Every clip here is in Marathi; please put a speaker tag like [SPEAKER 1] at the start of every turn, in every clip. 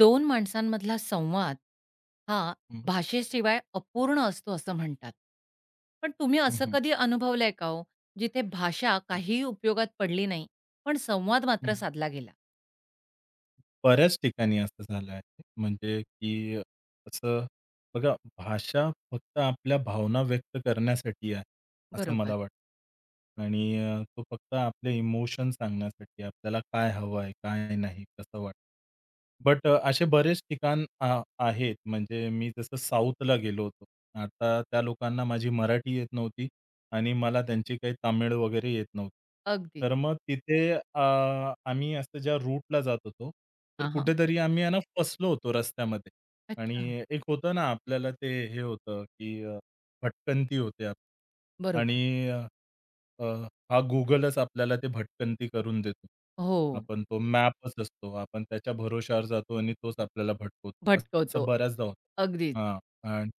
[SPEAKER 1] दोन माणसांमधला संवाद हा
[SPEAKER 2] हं,
[SPEAKER 1] भाषेशिवाय अपूर्ण असतो असं म्हणतात. पण तुम्ही
[SPEAKER 2] हं,
[SPEAKER 1] असं
[SPEAKER 2] हं,
[SPEAKER 1] कधी अनुभवलंय का हो, जिथे भाषा
[SPEAKER 2] हं,
[SPEAKER 1] काहीही उपयोगात पडली नाही, पण संवाद
[SPEAKER 2] हं.
[SPEAKER 1] मात्र साधला गेला?
[SPEAKER 2] बऱ्याच ठिकाणी असं झालं आहे. म्हणजे की असं बघा, भाषा फक्त आपल्या भावना व्यक्त करण्यासाठी आहे, असं मला
[SPEAKER 1] बरोबर.
[SPEAKER 2] वाटतं. आणि तो फक्त आपले इमोशन सांगण्यासाठी आहे. आपल्याला काय हवं आहे, काय नाही, कसं वाटतं. बट असे बरेच ठिकाण आ आहेत. म्हणजे मी जसं साऊथला गेलो होतो. आता त्या लोकांना माझी मराठी येत नव्हती. आणि मला त्यांची काही तामिळ वगैरे येत नव्हती.
[SPEAKER 1] अगदीच.
[SPEAKER 2] तर मग तिथे आम्ही असं ज्या रूटला जात होतो, तर
[SPEAKER 1] हां, हां.
[SPEAKER 2] कुठेतरी आम्ही आहे ना फसलो होतो रस्त्यामध्ये.
[SPEAKER 1] अच्छा.
[SPEAKER 2] आणि एक होतं ना आपल्याला ते हे होतं, की भटकंती होते आपली
[SPEAKER 1] बरोबर.
[SPEAKER 2] आणि अ, अ, हा Googleच आपल्याला ते भटकंती करून देतो.
[SPEAKER 1] हो,
[SPEAKER 2] आपण तो मॅपच असतो. आपण त्याच्या भरोश्यावर जातो आणि तोच आपल्याला भटकवतो. असं
[SPEAKER 1] भटकवतो.
[SPEAKER 2] बऱ्याचदा होतं.
[SPEAKER 1] अगदीच.
[SPEAKER 2] हां. आणि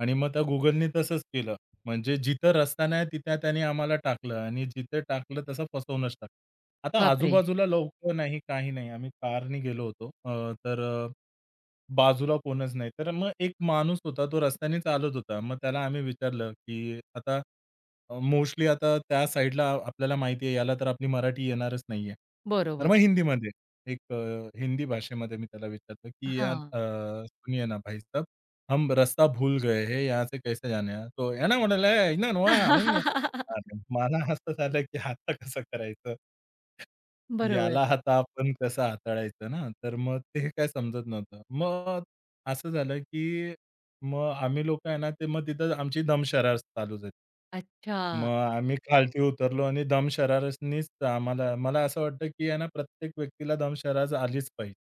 [SPEAKER 2] आणि मग त्या Googleनी तसंच केलं. म्हणजे जिथं रस्ता नाही तिथे त्याने आम्हाला टाकलं आणि जिथे टाकलं तसं फसवूनच टाकलं. आता
[SPEAKER 1] बापरे!
[SPEAKER 2] आजूबाजूला लोकं नाही, काही नाही. आम्ही कारनी गेलो होतो. तर बाजूला कोणच नाही. तर मग एक माणूस होता, तो रस्त्याने चालत होता. मग त्याला आम्ही विचारलं, की आता मोस्टली आता त्या साइडला आपल्याला माहिती आहे, याला तर आपली मराठी येणारच नाहीये. तर
[SPEAKER 1] बरोबर.
[SPEAKER 2] मग हिंदीमध्ये एक अ, हिंदी भाषेमध्ये मी त्याला विचारलं, की "यार
[SPEAKER 1] हां.
[SPEAKER 2] सुनिये ना भाई साहब, हम रास्ता भूल गए हैं, यहाँ से कैसे जाने है?" तो "है ना" म्हणाला, "ए, इधर वहाँ". अरे मला हसत आलं, की आता कसं करायचं?
[SPEAKER 1] बरोबर.
[SPEAKER 2] याला आता आपण कसं हाताळायचं ना, तर मग ते काय समजत नव्हतं. मग असं झालं, की मग आम्ही लोकं आहे ना, ते मग तिथं आमची दमशरार चालू झाली. मग
[SPEAKER 1] अच्छा.
[SPEAKER 2] आम्ही खालती उतरलो आणि दमशरारनीच आम्हाला मला असं वाटतं, की आहे ना, प्रत्येक व्यक्तीला दमशरार आलीच पाहिजे.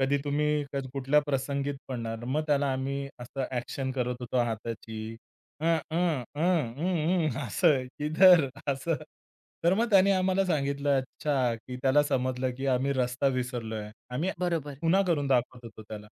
[SPEAKER 2] कधी तुम्ही कधी कुठल्या प्रसंगीत पडणार, मग त्याला आम्ही असं ॲक्शन करत होतो हाताची. अ, अ, अ, अं, अं, असं, इधर असं. तर मग त्याने आम्हाला सांगितलं, अच्छा, की त्याला समजलं, की आम्ही रस्ता विसरलोय. आम्ही
[SPEAKER 1] बरोबर.
[SPEAKER 2] खुणा करून दाखवत होतो त्याला,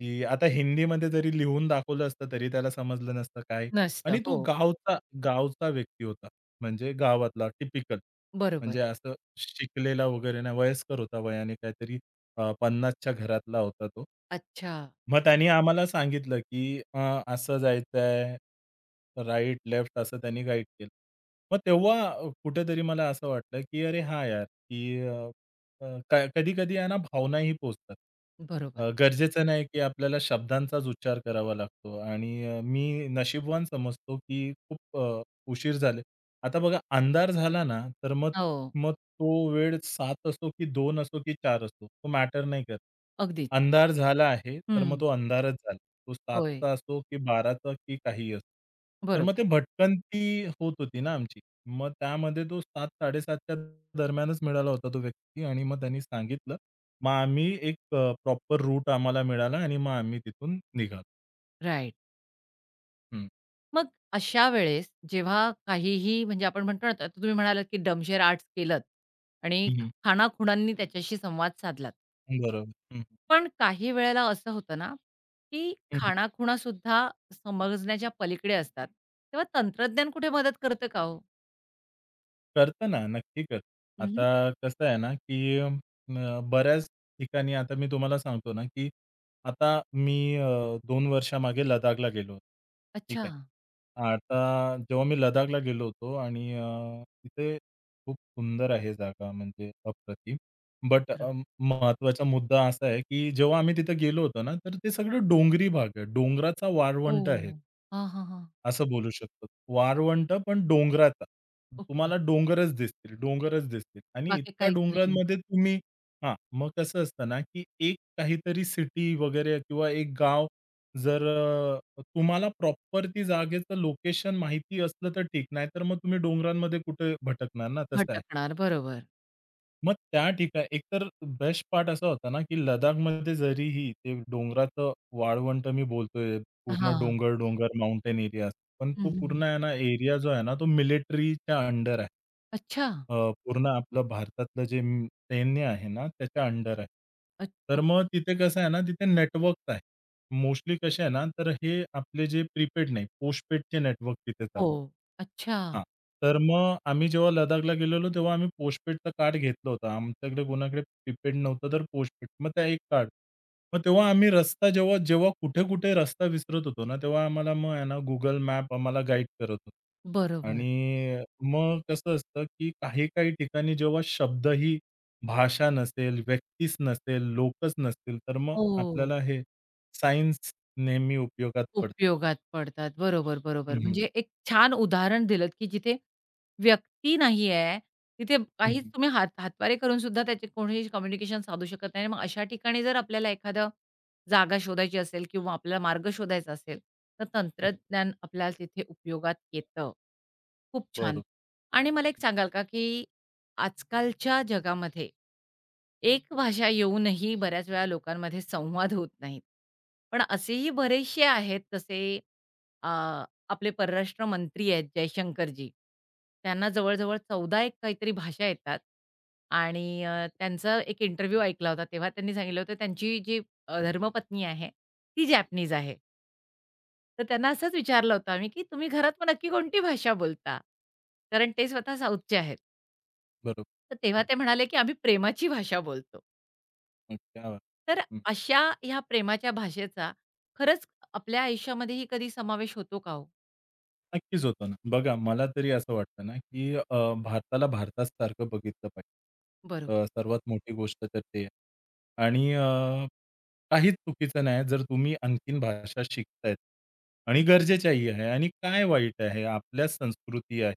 [SPEAKER 2] की आता हिंदीमध्ये जरी लिहून दाखवलं असतं, तरी त्याला समजलं नसतं काय. आणि
[SPEAKER 1] नसतं.
[SPEAKER 2] तो
[SPEAKER 1] हो,
[SPEAKER 2] गावचा गावचा व्यक्ती होता, म्हणजे गावातला टिपिकल.
[SPEAKER 1] बरोबर.
[SPEAKER 2] म्हणजे असं शिकलेला वगैरे नाही, वयस्कर होता वयाने काहीतरी 50च्या घरातला होता तो.
[SPEAKER 1] अच्छा.
[SPEAKER 2] मग त्यानी आम्हाला सांगितलं, की असं जायचंय, राइट, लेफ्ट असं त्यांनी गाईड केलं. मग तेव्हा कुठेतरी मला असं वाटलं, की अरे हां यार, की अ, अ, क कधी-कधी आहे ना भावनाही पोहोचतात.
[SPEAKER 1] बरोबर.
[SPEAKER 2] गरजेचं नाही, की आपल्याला शब्दांचाच उच्चार करावा लागतो आणि मी नशीबवान समजतो, की उशीर झाले. आता बघा अंधार झाला ना, तर मग
[SPEAKER 1] हो,
[SPEAKER 2] मग तो वेळ 7 असो, की 2 असो, की 4 असो, तो मॅटर नाही करत.
[SPEAKER 1] अगदीच.
[SPEAKER 2] अंधार झाला आहे, तर मग
[SPEAKER 1] हं.
[SPEAKER 2] तो अंधारच झाला. तो
[SPEAKER 1] होय,
[SPEAKER 2] 7चा असो, की 12चा, की काहीही असो. तर मग ते
[SPEAKER 1] बरोबर.
[SPEAKER 2] भटकंती होत होती ना आमची. मग त्यामध्ये तो 7-7:30च्या दरम्यानच मिळाला होता तो व्यक्ती आणि मग त्यांनी सांगितलं. मग आम्ही प्रॉपर रूट आम्हाला मिळाला आणि मग आम्ही तिथून निघालो.
[SPEAKER 1] राइट.
[SPEAKER 2] हं.
[SPEAKER 1] मग अशा वेळेस जेव्हा काहीही म्हणजे आपण म्हणतो ना, आता तुम्ही म्हणालात की डमशेर आर्ट्स केलत आणि
[SPEAKER 2] हं,
[SPEAKER 1] खाणाखुणांनी त्याच्याशी संवाद साधलात.
[SPEAKER 2] बरोबर. हं,
[SPEAKER 1] पण काही वेळेला असं होतं ना, की
[SPEAKER 2] हं.
[SPEAKER 1] खाणाखुणा सुद्धा समजण्याच्या पलीकडे असतात. तेव्हा तंत्रज्ञान कुठे मदत करतं का हो?
[SPEAKER 2] करतं ना, नक्की करतं.
[SPEAKER 1] हं,
[SPEAKER 2] आता कसं आहे ना, की बऱ्याच ठिकाणी आता मी तुम्हाला सांगतो ना, की आता मी 2 वर्षामागे लदाखला गेलो होतो. ठीक
[SPEAKER 1] अच्छा.
[SPEAKER 2] आहे. आता जेव्हा मी लदाखला गेलो होतो आणि तिथे खूप सुंदर आहे जागा म्हणजे अप्रतिम. बट
[SPEAKER 1] बरोबर.
[SPEAKER 2] मुद्दा असा आहे, की जेव्हा आम्ही तिथे गेलो होतो ना, तर ते सगळं डोंगरी भाग आहे. डोंगराचा वाळवंट आहे.
[SPEAKER 1] ओह! हां, हां, हां.
[SPEAKER 2] असं बोलू शकतो. वाळवंट पण डोंगराचा.
[SPEAKER 1] ओके.
[SPEAKER 2] तुम्हाला डोंगरच दिसतील, डोंगरच दिसतील आणि
[SPEAKER 1] बाकी
[SPEAKER 2] इतक्या
[SPEAKER 1] काहीच नाही.
[SPEAKER 2] डोंगरांमध्ये तुम्ही हां, मग कसं असतं ना, की एक काहीतरी सिटी वगैरे किंवा एक गाव जर तुम्हाला प्रॉपर ती जागेचं लोकेशन माहिती असलं तर ठीक, नाहीतर मग तुम्ही डोंगरांमध्ये कुठे भटकणार ना, तसं आहे.
[SPEAKER 1] भटकणार. बरोबर.
[SPEAKER 2] मग त्या ठिकाणी एकतर बेस्ट पार्ट असा होता ना, की लदाखमध्ये जरीही ते डोंगराचं वाळवंट मी बोलतोय, पूर्ण
[SPEAKER 1] हां.
[SPEAKER 2] डोंगर-डोंगर माउंटेन एरिया. पण तो
[SPEAKER 1] हं,
[SPEAKER 2] पूर्ण आहे ना, एरिया जो आहे ना, तो मिलिटरीच्या अंडर आहे.
[SPEAKER 1] अच्छा.
[SPEAKER 2] अ, पूर्ण आपलं भारतातलं जे सैन्य आहे ना, त्याच्या अंडर आहे.
[SPEAKER 1] अ,
[SPEAKER 2] तर
[SPEAKER 1] ओके.
[SPEAKER 2] मग तिथे कसं आहे ना, तिथे नेटवर्क आहे. मोस्टली कसे आहे ना, तर हे आपले जे प्रीपेड नाही, पोस्टपेडचे नेटवर्क तिथे चालतात.
[SPEAKER 1] हो. अच्छा.
[SPEAKER 2] हां. तर मग आम्ही जेव्हा लदाखला गेलेलो, तेव्हा आम्ही पोस्टपेडचं कार्ड घेतलं होतं. आमच्याकडे कोणाकडे प्रीपेड नव्हतं, तर पोस्टपेड. मग त्या एक कार्ड. मग तेव्हा आम्ही रस्ता जेव्हा जेव्हा कुठे-कुठे रस्ता विसरत होतो ना, तेव्हा आम्हाला मग आहे ना, Google मॅप आम्हाला गाईड करत होतं.
[SPEAKER 1] बरोबर.
[SPEAKER 2] आणि मग कसं असतं, की काही-काही ठिकाणी जेव्हा शब्दही, भाषा नसेल, व्यक्तीच नसेल, लोकच नसतील, तर मग
[SPEAKER 1] हो.
[SPEAKER 2] आपल्याला हे सायन्स नेहमी उपयोगात पडतं.
[SPEAKER 1] उपयोगात पडतात. बरोबर, बरोबर.
[SPEAKER 2] हं, हं.
[SPEAKER 1] म्हणजे एक छान उदाहरण दिलत, की जिथे व्यक्ती नाही आहे, तिथे
[SPEAKER 2] हं,
[SPEAKER 1] काहीच
[SPEAKER 2] हं.
[SPEAKER 1] तुम्ही हात हातवारे करून सुद्धा त्याचे कोणीही कम्युनिकेशन साधू शकत नाही. मग अशा ठिकाणी जर आपल्याला एखादं जागा शोधायची असेल किंवा आपल्याला मार्ग शोधायचा असेल, तर
[SPEAKER 2] हं, हं.
[SPEAKER 1] तंत्रज्ञान आपल्याला तिथे उपयोगात येतं. खूप छान.
[SPEAKER 2] बरोबर,
[SPEAKER 1] आणि मला एक सांगाल का, की आजकालच्या जगामध्ये एक भाषा येऊनही बऱ्याच वेळा लोकांमध्ये संवाद होत नाहीत. पण असेही बरेचसे आहेत तसे अ, आपले परराष्ट्र मंत्री आहेत जयशंकरजी. त्यांना जवळ-जवळ 14 एक काहीतरी भाषा येतात आणि त्यांचा एक इंटरव्ह्यू ऐकला होता. तेव्हा त्यांनी सांगितलं होतं त्यांची जी धर्मपत्नी आहे ती जॅपनीज आहे. तर त्यांना असंच विचारलं होतं आम्ही, की "तुम्ही घरात मग नक्की कोणती भाषा बोलता?" कारण ते स्वतः साऊथचे आहेत.
[SPEAKER 2] बरोबर.
[SPEAKER 1] तर तेव्हा ते म्हणाले, की आम्ही प्रेमाची भाषा बोलतो.
[SPEAKER 2] क्या बात!
[SPEAKER 1] तर
[SPEAKER 2] हं,
[SPEAKER 1] अशा ह्या प्रेमाच्या भाषेचा खरंच आपल्या आयुष्यामध्येही कधी समावेश होतो का हो?
[SPEAKER 2] नक्कीच होतं ना. बघा मला तरी असं वाटतं ना, की भारताला भारतासारखं बघितलं पाहिजे.
[SPEAKER 1] बरोबर.
[SPEAKER 2] सर्वात मोठी गोष्ट तर ते आहे. आणि काहीच चुकीचं नाही जर तुम्ही आणखीन भाषा शिकतायत आणि
[SPEAKER 1] अगदी.
[SPEAKER 2] गरजेच्याही आहे आणि काय वाईट आहे? आपल्याच संस्कृती आहे.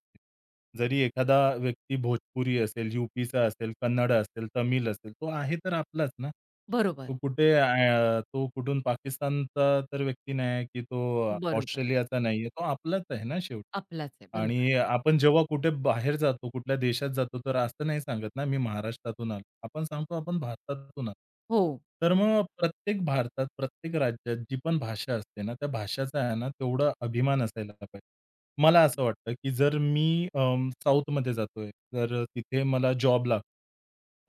[SPEAKER 2] जरी एखादा व्यक्ती भोजपुरी असेल, यूपीचा असेल, कन्नड असेल, तमिळ असेल, तो आहे तर आपलाच ना.
[SPEAKER 1] बरोबर,
[SPEAKER 2] तो तो कुठून पाकिस्तानचा तर व्यक्ती नाही आहे, की तो
[SPEAKER 1] बरोबर.
[SPEAKER 2] ऑस्ट्रेलियाचा नाही आहे. तो आपलाच आहे ना शेवटी.
[SPEAKER 1] आपलाच आहे. बरोबर.
[SPEAKER 2] आणि आपण जेव्हा कुठे बाहेर जातो, कुठल्या देशात जातो, तर असं नाही सांगत ना, मी महाराष्ट्रातून आलो. आपण सांगतो आपण भारतातून आलो.
[SPEAKER 1] हो.
[SPEAKER 2] तर मग प्रत्येक भारतात, प्रत्येक राज्यात जी पण भाषा असते ना, त्या भाषेचा आहे ना, तेवढा अभिमान असायला पाहिजे. मला असं वाटतं, की जर मी साऊथमध्ये जातोय, तर तिथे मला जॉब लागतो.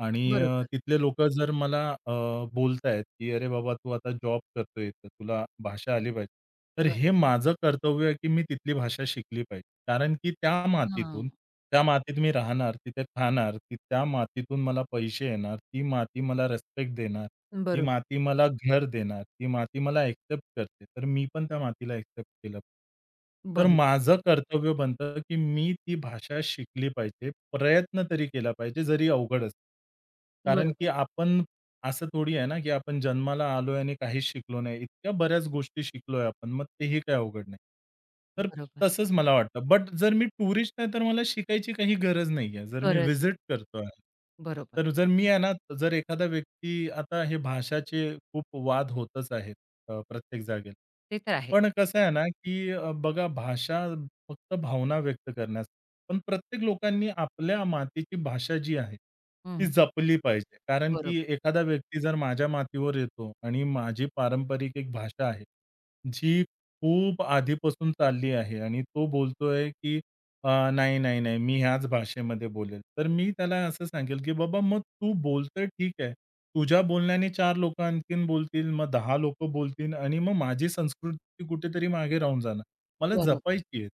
[SPEAKER 2] आणि
[SPEAKER 1] बरोबर.
[SPEAKER 2] तिथले लोकं जर मला बोलतायत, की "अरे बाबा, तू आता जॉब करतोय, तर तुला भाषा आली पाहिजे." तर हे
[SPEAKER 1] बरोबर.
[SPEAKER 2] माझं कर्तव्य आहे, की मी तिथली भाषा शिकली पाहिजे. कारण की त्या
[SPEAKER 1] हां.
[SPEAKER 2] मातीतून, त्या मातीत मी राहणार, तिथे खाणार, ती त्या मातीतून मला पैसे येणार, ती माती मला रिस्पेक्ट देणार. ती
[SPEAKER 1] बरोबर,
[SPEAKER 2] माती मला घर देणार, ती माती मला एक्सेप्ट करते, तर मी पण त्या मातीला एक्सेप्ट केलं. तर
[SPEAKER 1] बरोबर,
[SPEAKER 2] माझं कर्तव्य बनतं, की मी ती भाषा शिकली पाहिजे, प्रयत्न तरी केला पाहिजे, जरी अवघड असलं. कारण की
[SPEAKER 1] बरोबर,
[SPEAKER 2] आपण असं थोडी आहे ना, की आपण जन्माला आलोय आणि काहीच शिकलो नाही. इतक्या बऱ्याच गोष्टी शिकलोय आपण. मग तेही काय अवघड नाही. तर
[SPEAKER 1] बरोबर.
[SPEAKER 2] तसंच मला वाटतं. बट जर मी टुरिस्ट आहे, तर मला शिकायची काही गरज नाहीये. जर मी
[SPEAKER 1] गरज नाही.
[SPEAKER 2] व्हिजिट करतोय,
[SPEAKER 1] बरोबर.
[SPEAKER 2] तर जर मी आहे ना, जर एखादा व्यक्ती आता हे भाषाचे खूप वाद होतच आहेत प्रत्येक जागेला.
[SPEAKER 1] ते तर आहे.
[SPEAKER 2] पण कसं आहे ना, की बघा भाषा फक्त भावना व्यक्त करण्यास. पण प्रत्येक लोकांनी आपल्या मातीची भाषा जी आहे, ती
[SPEAKER 1] हं.
[SPEAKER 2] जपली पाहिजे. कारण
[SPEAKER 1] बरोबर,
[SPEAKER 2] की एखादा व्यक्ती जर माझ्या मातीवर येतो आणि माझी पारंपरिक एक भाषा आहे, जी खूप आधीपासून चालली आहे आणि तो बोलतोय की "नाही, नाही, नाही, मी ह्याच भाषेमध्ये बोलेल." तर मी त्याला असं सांगेल की "बाबा मग तू बोलतोय ठीक आहे. तुझ्या बोलण्याने 4 लोकं आणखीन बोलतील, मग 10 लोकं बोलतील आणि मग माझी संस्कृती कुठेतरी मागे राहून जाणार." मला
[SPEAKER 1] बरोबर.
[SPEAKER 2] जपायची आहे.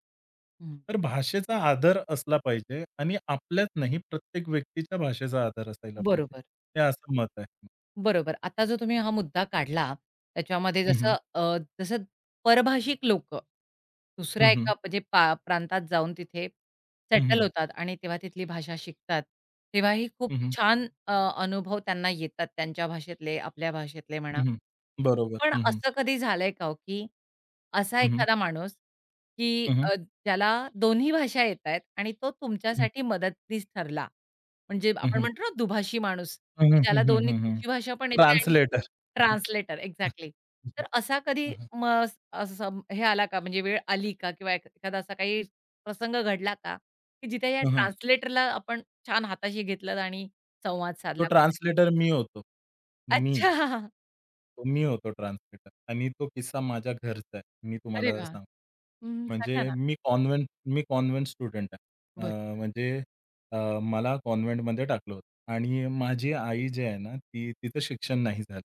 [SPEAKER 1] हं.
[SPEAKER 2] तर भाषेचा आदर असला पाहिजे आणि आपल्यात नाही प्रत्येक व्यक्तीच्या भाषेचा आदर असायला पाहिजे.
[SPEAKER 1] बरोबर.
[SPEAKER 2] हे असं मत आहे.
[SPEAKER 1] बरोबर. आता जो तुम्ही हा मुद्दा काढला, त्याच्यामध्ये हं.
[SPEAKER 2] हं, हं.
[SPEAKER 1] जसं जसं परभाषिक लोकं दुसऱ्या
[SPEAKER 2] हं, हं.
[SPEAKER 1] एका म्हणजे पा प्रांतात जाऊन तिथे
[SPEAKER 2] हं,
[SPEAKER 1] सेटल
[SPEAKER 2] हं.
[SPEAKER 1] होतात आणि तेव्हा तिथली भाषा शिकतात. तेव्हाही खूप
[SPEAKER 2] हं,
[SPEAKER 1] छान अनुभव त्यांना येतात त्यांच्या भाषेतले, आपल्या भाषेतले म्हणा.
[SPEAKER 2] बरोबर.
[SPEAKER 1] पण
[SPEAKER 2] हं, हं.
[SPEAKER 1] असं कधी झालंय का हो, की असा
[SPEAKER 2] हं, हं.
[SPEAKER 1] एखादा माणूस, की
[SPEAKER 2] हं, हं.
[SPEAKER 1] ज्याला दोन्ही भाषा येतायत आणि तो तुमच्यासाठी मदतनीस ठरला? म्हणजे
[SPEAKER 2] हं, हं,
[SPEAKER 1] आपण
[SPEAKER 2] हं.
[SPEAKER 1] म्हणतो ना दुभाषी माणूस.
[SPEAKER 2] हं,
[SPEAKER 1] की ज्याला
[SPEAKER 2] हं.
[SPEAKER 1] दोन्ही
[SPEAKER 2] हं, हं.
[SPEAKER 1] तुमची भाषा पण येते आणि
[SPEAKER 2] ट्रान्सलेटर.
[SPEAKER 1] Translator exactly. तर असा कधी म अस असं हे आला का म्हणजे वेळ आली का किंवा एखादा असा काही प्रसंग घडला का, की जिथे या
[SPEAKER 2] हं, हं.
[SPEAKER 1] ट्रान्सलेटरला आपण छान हाताशी घेतलं आणि संवाद
[SPEAKER 2] तो
[SPEAKER 1] साधला?
[SPEAKER 2] ट्रान्सलेटर मी होतो. मी.
[SPEAKER 1] अच्छा.
[SPEAKER 2] तो मी होतो ट्रान्सलेटर आणि तो किस्सा माझ्या घरचा आहे. मी
[SPEAKER 1] अरे
[SPEAKER 2] तुम्हाला
[SPEAKER 1] वाह!
[SPEAKER 2] सांगतो.
[SPEAKER 1] हं, सांगा
[SPEAKER 2] म्हणजे
[SPEAKER 1] ना.
[SPEAKER 2] मी कॉन्व्हेंट मी कॉन्व्हेंट स्टुडंट आहे.
[SPEAKER 1] बरं.
[SPEAKER 2] म्हणजे अ, मला कॉन्व्हेंटमध्ये टाकलं होतं आणि माझी आई जी आहे ना, ती तिचं शिक्षण नाही झालं.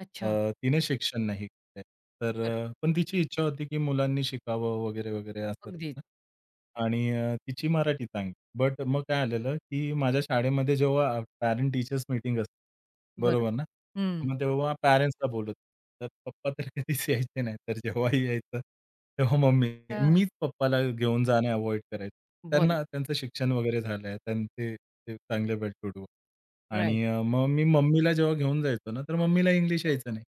[SPEAKER 1] अच्छा.
[SPEAKER 2] तिने शिक्षण नाही केलं तर
[SPEAKER 1] बरं.
[SPEAKER 2] पण तिची इच्छा होती, की मुलांनी शिकावं वगैरे, वगैरे असं
[SPEAKER 1] अगदीच.
[SPEAKER 2] आणि तिची मराठी चांगली बट मग काय आलेलं, की माझ्या शाळेमध्ये जेव्हा पॅरेंट टीचर्स मीटिंग असते,
[SPEAKER 1] बरं.
[SPEAKER 2] बरोबर ना?
[SPEAKER 1] हं.
[SPEAKER 2] मग तेव्हा पॅरेंट्सला बोलवतात. तर पप्पा तर कधीच यायचे नाही. तर जेव्हाही यायचं, तेव्हा मम्मी
[SPEAKER 1] अच्छा.
[SPEAKER 2] मीच पप्पाला घेऊन जाणं अव्हॉइड करायचो.
[SPEAKER 1] बरं.
[SPEAKER 2] त्यांना त्यांचं शिक्षण वगैरे झालंय. त्यांचे ते चांगले वेल टू डू
[SPEAKER 1] राइट.
[SPEAKER 2] आणि मग मी मम्मीला जेव्हा घेऊन जायचो ना, तर मम्मीला इंग्लिश यायचं नाही.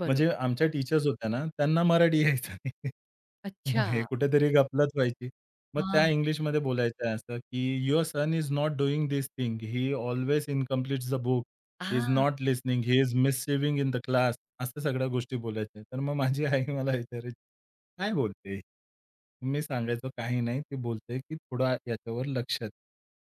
[SPEAKER 1] बरं.
[SPEAKER 2] म्हणजे आमच्या टीचर्स होत्या ना, त्यांना मराठी यायचं नाही. मग
[SPEAKER 1] अच्छा.
[SPEAKER 2] हे कुठेतरी गफलत व्हायची. मग त्या
[SPEAKER 1] हां.
[SPEAKER 2] इंग्लिशमध्ये बोलायचं आहे असं, की "your son is not doing this thing. He always incomplete the book. He is
[SPEAKER 1] हां.
[SPEAKER 2] Not listening. He is misbehaving in the class." असं सगळ्या गोष्टी बोलायच्या. तर मग माझी आई मला विचारायची, "काय बोलते ही?" मी सांगायचो, "काही नाही. ती बोलते की थोडा याच्यावर लक्ष दे.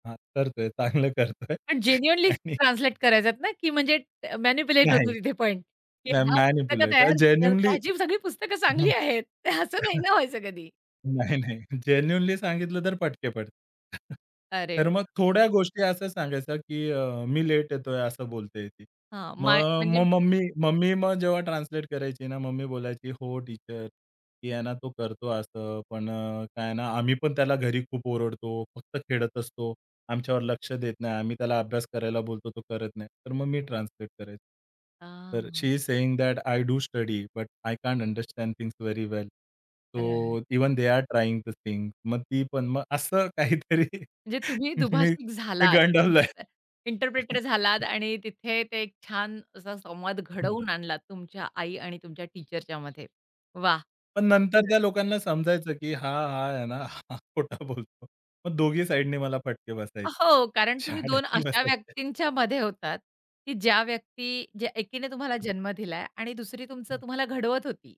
[SPEAKER 2] हां, करतोय, चांगलं करतोय."
[SPEAKER 1] पण जेन्युइनली
[SPEAKER 2] आणि
[SPEAKER 1] ट्रान्सलेट करायचात ना, की म्हणजे मॅनिप्युलेट होतो
[SPEAKER 2] नाही,
[SPEAKER 1] तिथे पण, की
[SPEAKER 2] नाही
[SPEAKER 1] हां, पुस्तकं
[SPEAKER 2] मॅनिप्युलेट
[SPEAKER 1] तयार
[SPEAKER 2] जेन्युइनली
[SPEAKER 1] त्याची सगळी पुस्तकं चांगली आहेत. असं नाही ना व्हायचं कधी.
[SPEAKER 2] नाही, नाही. जेन्युइनली सांगितलं तर पटके पडतात.
[SPEAKER 1] अरे
[SPEAKER 2] तर मग
[SPEAKER 1] वाह!
[SPEAKER 2] थोड्या गोष्टी असं सांगायच्या, की "मी लेट येतोय" असं बोलते ती.
[SPEAKER 1] हां, माय
[SPEAKER 2] मग
[SPEAKER 1] म्हणजे
[SPEAKER 2] मग मम्मी मम्मी मग जेव्हा ट्रान्सलेट करायची ना, मम्मी बोलायची, "हो टीचर, की आहे ना तो करतो असं, पण काय आहे ना आम्ही पण त्याला घरी खूप ओरडतो, फक्त खेळत असतो. आमच्यावर लक्ष देत नाही. आम्ही त्याला अभ्यास करायला बोलतो, तो करत नाही. तर मग मी ट्रान्सलेट करायचो. तर
[SPEAKER 1] हां,
[SPEAKER 2] she is saying that I do study, but I can't understand things very well.
[SPEAKER 1] Right.
[SPEAKER 2] So even they are trying the thing. मग ती पण मग असं काहीतरी
[SPEAKER 1] म्हणजे तुम्ही
[SPEAKER 2] मी
[SPEAKER 1] दुभाषिक
[SPEAKER 2] मी
[SPEAKER 1] झालात,
[SPEAKER 2] गंडवलंय.
[SPEAKER 1] इंटरप्रे इंटरप्रेटर झालात आणि तिथे ते एक छान असा संवाद
[SPEAKER 2] हं.
[SPEAKER 1] घडवून आणलात तुमच्या आई आणि तुमच्या टीचरच्यामध्ये. वाह!
[SPEAKER 2] पण नंतर
[SPEAKER 1] सुंदर.
[SPEAKER 2] त्या लोकांना समजायचं, की हा आहे ना, हा खोटा बोलतो. मग दोघी साइडने मला फटके बसायचे.
[SPEAKER 1] हो, कारण तुम्ही 2
[SPEAKER 2] शाळेतही
[SPEAKER 1] अशा
[SPEAKER 2] बसायचे.
[SPEAKER 1] व्यक्तींच्या मध्ये होतात, की ज्या व्यक्ती ज्या एकीने तुम्हाला जन्म दिलाय आणि दुसरी तुमचं
[SPEAKER 2] हं,
[SPEAKER 1] तुम्हाला घडवत होती.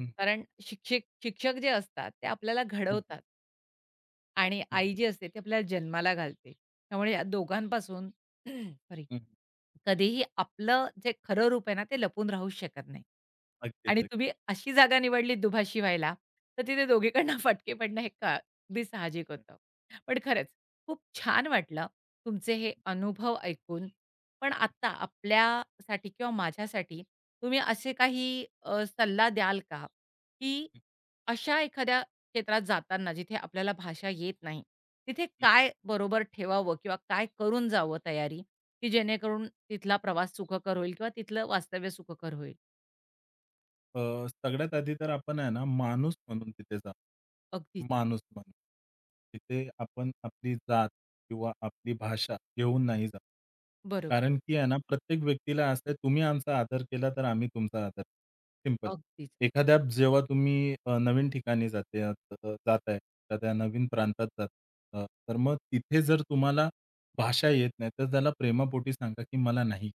[SPEAKER 2] हं,
[SPEAKER 1] कारण शिक्षक जे असतात ते आपल्याला
[SPEAKER 2] हं,
[SPEAKER 1] घडवतात. आणि
[SPEAKER 2] हं, हं,
[SPEAKER 1] आई जी असते ती आपल्याला जन्माला घालते. त्यामुळे या दोघांपासून सॉरी,
[SPEAKER 2] हं.
[SPEAKER 1] कधीही आपलं जे खरं रूप आहे ना ते लपून राहूच शकत नाही. आणि
[SPEAKER 2] अगदीच,
[SPEAKER 1] तुम्ही अशी जागा निवडली दुभाषी व्हायला, तर तिथे दोघीकडनं फटके पडणं हे का अगदी साहजिक होतं. पण खरंच खूप छान वाटलं तुमचे हे अनुभव ऐकून. पण आत्ता आपल्यासाठी किंवा माझ्यासाठी तुम्ही असे काही सल्ला द्याल का, की अशा एखाद्या क्षेत्रात जाताना जिथे आपल्याला भाषा येत नाही, तिथे काय बरोबर ठेवावं किंवा काय करून जावं तयारी, की जेणेकरून तिथला प्रवास सुखकर होईल किंवा तिथलं वास्तव्य सुखकर होईल?
[SPEAKER 2] अ, सगळ्यात आधी तर आपण आहे ना, माणूस म्हणून तिथे जा.
[SPEAKER 1] अगदीच.
[SPEAKER 2] माणूस म्हणून. तिथे आपण आपली जात किंवा आपली भाषा घेऊन नाही जात.
[SPEAKER 1] बरोबर.
[SPEAKER 2] कारण की आहे ना, प्रत्येक व्यक्तीला असं आहे, तुम्ही आमचा आदर केला तर आम्ही तुमचा आदर सिंपल.
[SPEAKER 1] अगदीच.
[SPEAKER 2] एखाद्या जेव्हा तुम्ही नवीन ठिकाणी जाताय, एखाद्या नवीन प्रांतात जात तर मग तिथे जर तुम्हाला भाषा येत नाही, तर त्याला प्रेमापोटी सांगा, की मला नाही.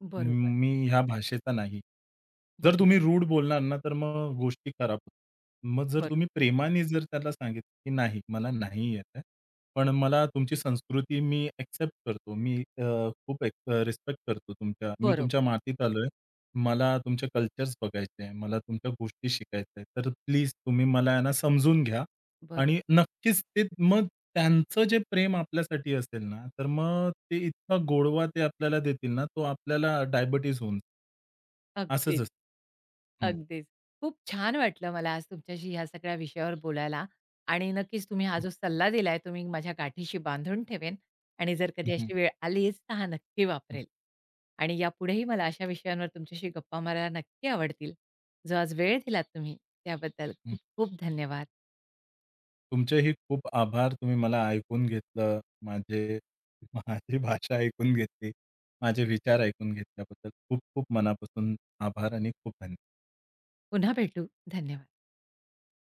[SPEAKER 1] बरोबर,
[SPEAKER 2] मी ह्या भाषेचा नाही. जर
[SPEAKER 1] बरोबर,
[SPEAKER 2] तुम्ही रूड बोलणार ना, तर मग गोष्टी खराब होतात. मग जर
[SPEAKER 1] बरोबर,
[SPEAKER 2] तुम्ही प्रेमाने जर त्याला सांगितलं, की नाही, मला नाही येत आहे, पण मला तुमची संस्कृती मी एक्सेप्ट करतो. मी अ, खूप एक अ, रिस्पेक्ट करतो तुमच्या. मी तुमच्या
[SPEAKER 1] बरोबर,
[SPEAKER 2] मातीत आलोय. मला तुमचे कल्चर्स बघायचे आहे. मला तुमच्या गोष्टी शिकायच्या आहेत. तर प्लीज तुम्ही मला आहे ना समजून घ्या
[SPEAKER 1] बरोबर.
[SPEAKER 2] आणि नक्कीच ते मग त्यांचं जे प्रेम आपल्यासाठी असेल ना, तर मग ते इतका गोडवा ते आपल्याला देतील ना, तो आपल्याला डायबिटीज होऊन असंच
[SPEAKER 1] अगदीच.
[SPEAKER 2] असतं. हं,
[SPEAKER 1] अगदीच. खूप छान वाटलं मला आज तुमच्याशी ह्या सगळ्या विषयावर बोलायला आणि नक्कीच तुम्ही हा
[SPEAKER 2] हं,
[SPEAKER 1] जो सल्ला दिलाय तो मी माझ्या गाठीशी बांधून ठेवेन आणि जर
[SPEAKER 2] हं,
[SPEAKER 1] कधी
[SPEAKER 2] हं,
[SPEAKER 1] अशी वेळ आलीच तर हा नक्की
[SPEAKER 2] हं,
[SPEAKER 1] वापरेल. आणि यापुढेही मला अशा विषयांवर तुमच्याशी गप्पा मारायला नक्की आवडतील. जो आज वेळ दिलात तुम्ही त्याबद्दल खूप खूप धन्यवाद.
[SPEAKER 2] तुमचेही खूप आभार. तुम्ही मला ऐकून घेतलं. माझे माझी भाषा ऐकून घेतली. माझे विचार ऐकून घेतल्याबद्दल खूप खूप मनापासून आभार आणि खूप धन्यवाद.
[SPEAKER 1] पुन्हा भेटू. धन्यवाद.